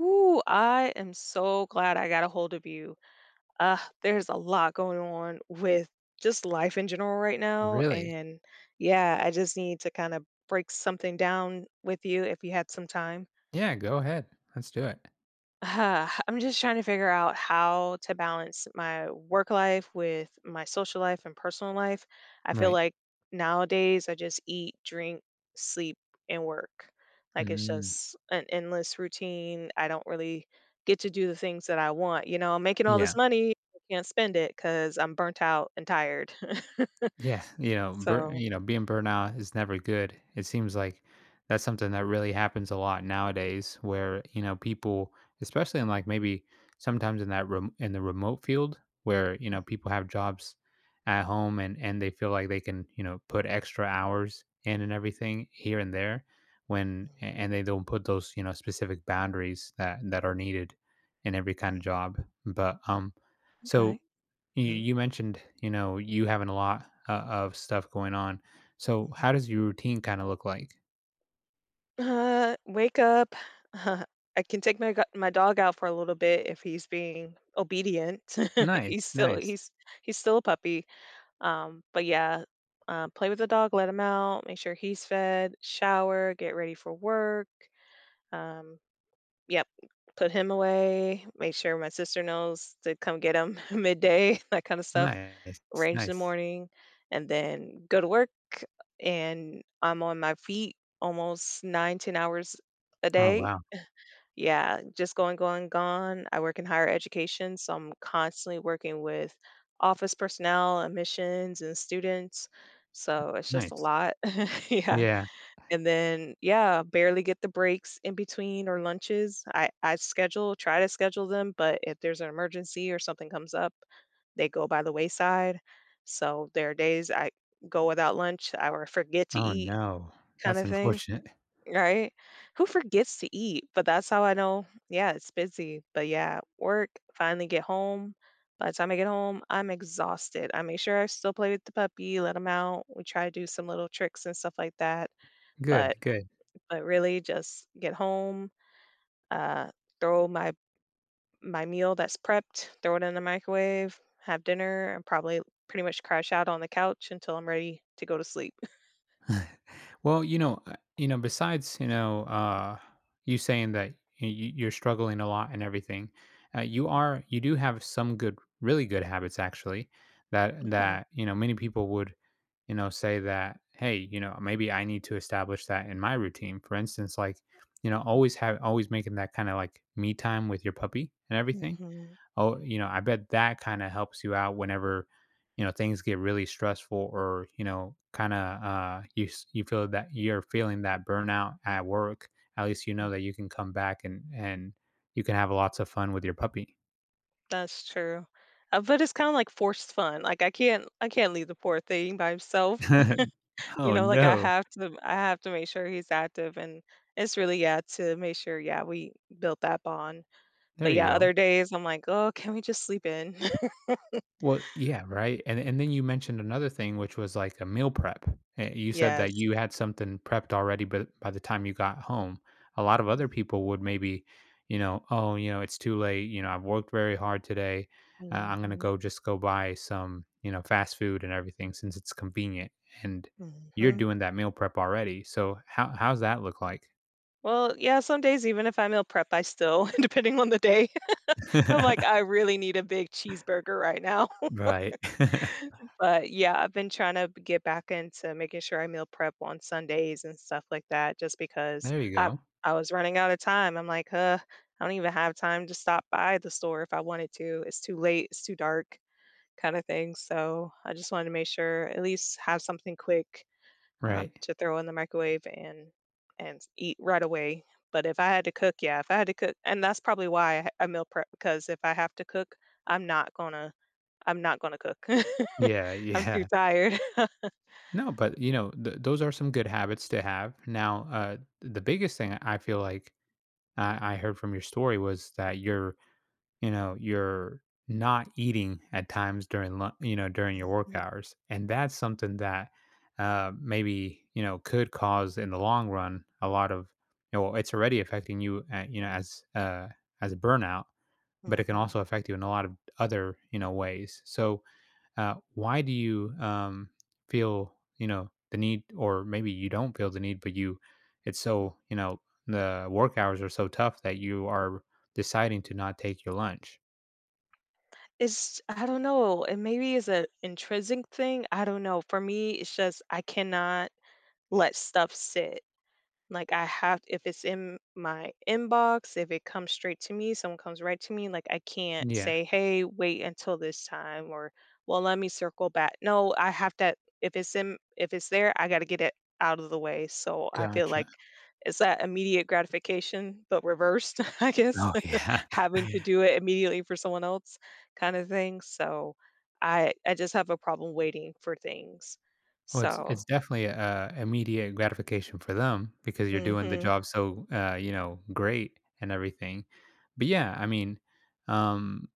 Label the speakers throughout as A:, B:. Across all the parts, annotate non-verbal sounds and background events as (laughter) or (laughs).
A: Ooh, I am so glad I got a hold of you. There's a lot going on with just life in general right now.
B: Really?
A: And yeah, I just need to kind of break something down with you if you had some time.
B: Yeah, go ahead. Let's do it.
A: I'm just trying to figure out how to balance my work life with my social life and personal life. I feel
B: Right.
A: like nowadays I just eat, drink, sleep, and work. Like it's
B: Mm,
A: just an endless routine. I don't really get to do the things that I want. I'm making all
B: yeah.
A: this money, I can't spend it because I'm burnt out and tired. (laughs)
B: Yeah, you know,
A: So,
B: you know, being burnout is never good. It seems like that's something that really happens a lot nowadays, where you know people, especially in like maybe sometimes in that in the remote field, where you know
A: Mm,
B: people have jobs at home and they feel like they can you know put extra hours in and everything here and there,
A: mm,
B: and they don't put those you know specific boundaries that are needed in every kind of
A: mm.
B: job. But so
A: okay.
B: you
A: No.
B: you mentioned, you know, you having a lot o of stuff going on. So, how does your routine kinda look like?
A: Wake up. (laughs) I can take my my dog out for a little bit if he's being obedient. (laughs) he's
B: Nice,
A: still
B: nice,
A: he's he's still a puppy. But yeah, play with the dog, let him out, make sure he's fed, shower, get ready for work. Um, yep, put him away. Make sure my sister knows to come get him (laughs) midday, (laughs) that kind of stuff
B: nice,
A: range in the
B: nice.
A: morning, and then go to work, and I'm on my feet almost 9, 10 hours a
B: Oh,
A: day.
B: wow,
A: Yeah, just going, going, gone. I work in higher education, so I'm constantly working with office personnel, admissions, and students. So it's just a
B: nice.
A: lot. (laughs) yeah.
B: Yeah.
A: And then, yeah, barely get the breaks in between or lunches. I schedule try to schedule them, but if there's an emergency or something comes up, they go by the wayside. So there are days I go without lunch, I or forget to
B: Oh,
A: eat
B: no.
A: kind
B: That's
A: of thing,
B: unfortunate.
A: right? Who forgets to eat? But that's how I know, yeah, it's busy. But yeah, work, finally get home. By the time I get home, I'm exhausted. I make sure I still play with the puppy, let him out. We try to do some little tricks and stuff like that.
B: (laughs)
A: But
B: Good, good.
A: but really just get home, uh, throw my meal that's prepped, throw it in the microwave, have dinner, and probably pretty much crash out on the couch until I'm ready to go to sleep. (laughs)
B: (laughs) Well, you know, besides, you know, you saying that you're struggling a lot and everything, you are, you do have some good, really good habits actually
A: Oh,
B: you know, many people would, you know, say that, hey, you know, maybe I need to establish that in my routine. For instance, like, you know, always have, always making that kind of like me time with your puppy and everything.
A: mhm,
B: Oh, you know, I bet that kinda helps you out whenever, you know, things get really stressful or, you know, kinda, you feel that you're feeling that burnout at work. At least you
A: mm.
B: know that you can come back and you can have lots of fun with your puppy.
A: That's true. But it's kind of like forced fun. Like I can't leave the poor thing by himself.
B: (laughs)
A: (laughs)
B: Oh,
A: Like I
B: no.
A: have to I have to make sure he's active and it's really to make sure we built that bond.
B: There
A: But
B: you
A: yeah,
B: go.
A: other days I'm like, "Oh, can we just sleep in?" (laughs)
B: Well, yeah, right, and then you mentioned another thing, which was, like, a meal prep. Eh, you said that
A: Yes.
B: you had something prepped already, but by the time you got home, a lot of other people would maybe, you know, "Oh, you know, it's too late, you know, I've worked very hard today. I'm gonna
A: Mhm,
B: go just go buy some, you know, fast food and everything since it's convenient," and you're
A: mhm.
B: doing that meal prep already, so how how's that look like?
A: Well, yeah, some days even if I meal prep, I still (laughs) depending on the day, (laughs) I'm like,
B: (laughs)
A: "I really need a big cheeseburger right now." (laughs)
B: Right. (laughs)
A: But, yeah, I've been trying to b get back into making sure I meal prep on Sundays and stuff like that just because
B: There you go.
A: I was running out of time. I'm like, "Huh, I don't even have time to stop by the store if I wanted to. It's too late, it's too dark," kinda thing, so I just wanted to make sure at least have something quick,
B: Right.
A: to throw in the microwave and eat right away. But if I had to cook, yeah, if I had to cook, and that's probably why I meal prep because if I have to cook, I'm not gonna I'm not gonna cook. (laughs)
B: Yeah,
A: I'm too
B: yeah.
A: tired.
B: No, but you know, those are some good habits to have. Now, the biggest thing I feel like I heard from your story was that you're, you know, you're not eating at times during, you know, during your work hours, and that's something that maybe you know could cause in the long run a lot of, you know, it's already affecting you, at, you know, as a burnout, but it can also
A: (laughs)
B: affect you in a lot of other, you know, ways. So, why do you feel you know the need or maybe you don't feel the need but you it's
A: mhm.
B: so you know the work hours are so tough that you are deciding to not take your lunch,
A: It's I don't know. It maybe is a intrinsic thing. I don't know. For me, it's just I cannot let stuff sit. Like, I have if it's in my inbox, if it comes straight to me, someone comes right to me, like, I can't
B: yeah,
A: say, "Hey, wait until this time," or, "Well, let me circle back." No, I have to if it's in if it's there, I gotta get it out of the way, so I feel
B: gotcha,
A: like it's that immediate gratification, but reversed, (laughs) I guess,
B: oh yeah.
A: (laughs) having to
B: (laughs)
A: do it immediately for someone else kinda thing, so I just have a problem waiting for things,
B: Well, it's
A: so
B: definitely a immediate gratification for them because you're doing the
A: mhm.
B: job so you know great and everything but yeah I mean, um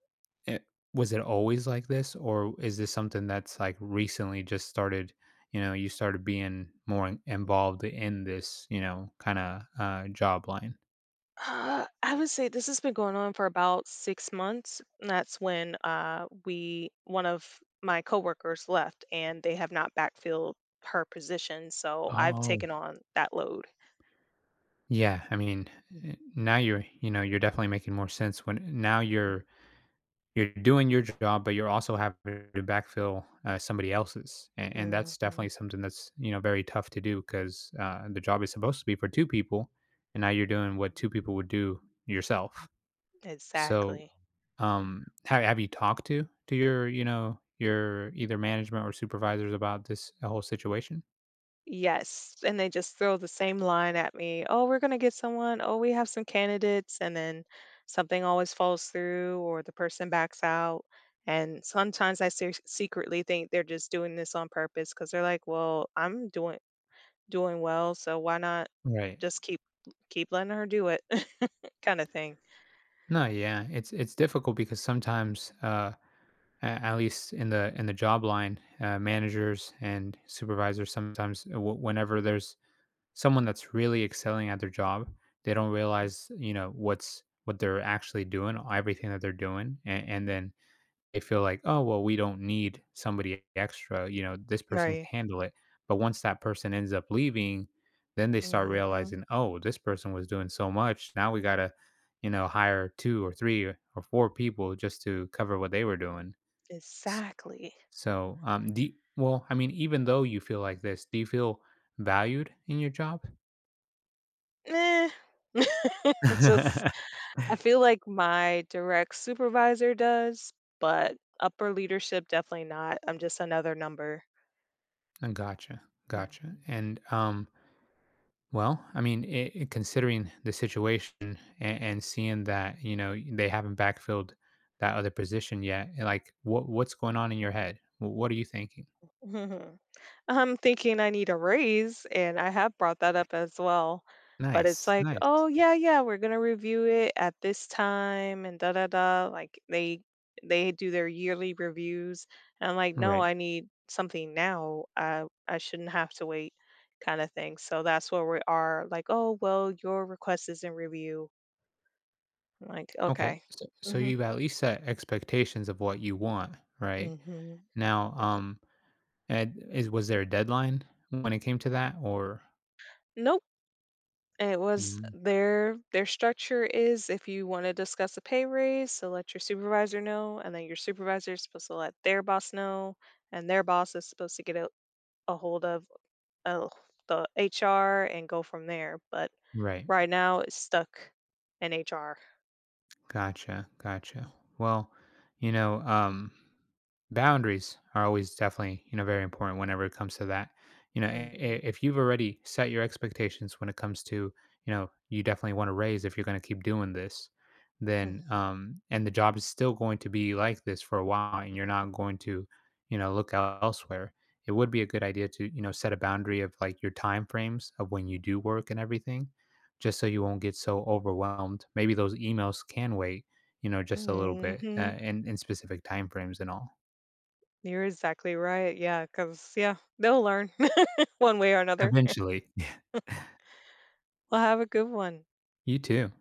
B: it was it always like this, or is this something that's like recently just started? You know, you started being more involved in this, you know, kind of job line.
A: I would say this has been going on for about 6 months. And that's when we one of my coworkers left, and they have not backfilled her position. So I've
B: Oh,
A: taken on that load.
B: yeah, I mean,
A: Mhm.
B: eh, now you're, you know, you're definitely making more sense when now you're doing your job, but you're also having to backfill somebody else's, and that's
A: Hmm.
B: definitely something that's you know very tough to do because the job is supposed to be for two people, and now you're doing what two people would do yourself. So
A: Exactly.
B: Have you talked to your, you know, your either management or supervisors about this whole situation?
A: Yes, and they just throw the same line at me, "Oh, we're gonna get someone. Oh, we have some candidates," and then something always falls through or the person backs out. And sometimes I se secretly think they're just doing this on purpose because 'cause they're like, "Well, I'm doing well, so why not
B: Right.
A: just keep letting her do it," (laughs) kinda thing.
B: No, yeah, it's difficult because sometimes, at least in the job line, managers and supervisors sometimes, whenever there's someone that's really excelling at their job, they don't realize, you know, what's what they're actually doing, everything that they're doing, and then they feel like, "Oh, well, we don't need somebody extra, you know, this person can
A: Right.
B: handle it." But once that person ends up leaving, then they start
A: Mhm.
B: realizing, "Oh, this person was doing so much. Now we gotta, you know, hire 2 or 3 or 4 people just to cover what they were doing." S
A: Exactly.
B: so, do well, I mean, even though you feel like this, do you feel valued in your job?
A: Meh. (laughs) Just
B: (laughs)
A: I feel like my direct supervisor does, but upper leadership definitely not. I'm just another number.
B: Gotcha, gotcha,
A: Mhm.
B: and, well, I mean, considering the situation and seeing that you know they haven't backfilled that other position yet, eh, like what what's going on in your head? What are you thinking?
A: Mhm. I'm thinking I need a raise, and I have brought that up as well. But it's
B: Nice,
A: like,
B: nice.
A: oh yeah, yeah, we're gonna review it at this time and da da da. Like they do their yearly reviews, and I'm like, no,
B: Right.
A: I need something now. I shouldn't have to wait, kind of thing. So that's where we are. Like, oh well, your request is in review. Like,
B: Okay.
A: okay.
B: So, so
A: Mhm.
B: you've at least set expectations of what you want, right?
A: Hmm.
B: Now,
A: Yes.
B: and is was there a deadline when it came to that, or
A: Nope. And it was
B: mm,
A: their structure is if you want to discuss a pay raise, so let your supervisor know, and then your supervisor is supposed to let their boss know, and their boss is supposed to get a hold of uh, the HR and go from there. But
B: right?
A: right now, it's stuck in HR.
B: Gotcha, gotcha. Well, you know, boundaries are always definitely you know very important whenever it comes to that. You know,
A: Hmm.
B: if you've already set your expectations when it comes to you know you definitely want to raise if you're going to keep doing this, then and the job is still going to be like this for a while, and you're not going to you know look elsewhere. It would be a good idea to you know set a boundary of like your time frames of when you do work and everything just so you won't get so overwhelmed. Maybe those emails can wait, you know, just a little bit,
A: Hmm.
B: in specific timeframes and all.
A: You're exactly right. Yeah, because yeah, they'll learn (laughs) one way or another.
B: Eventually. (laughs) Yeah,
A: Well, have a good one.
B: you too.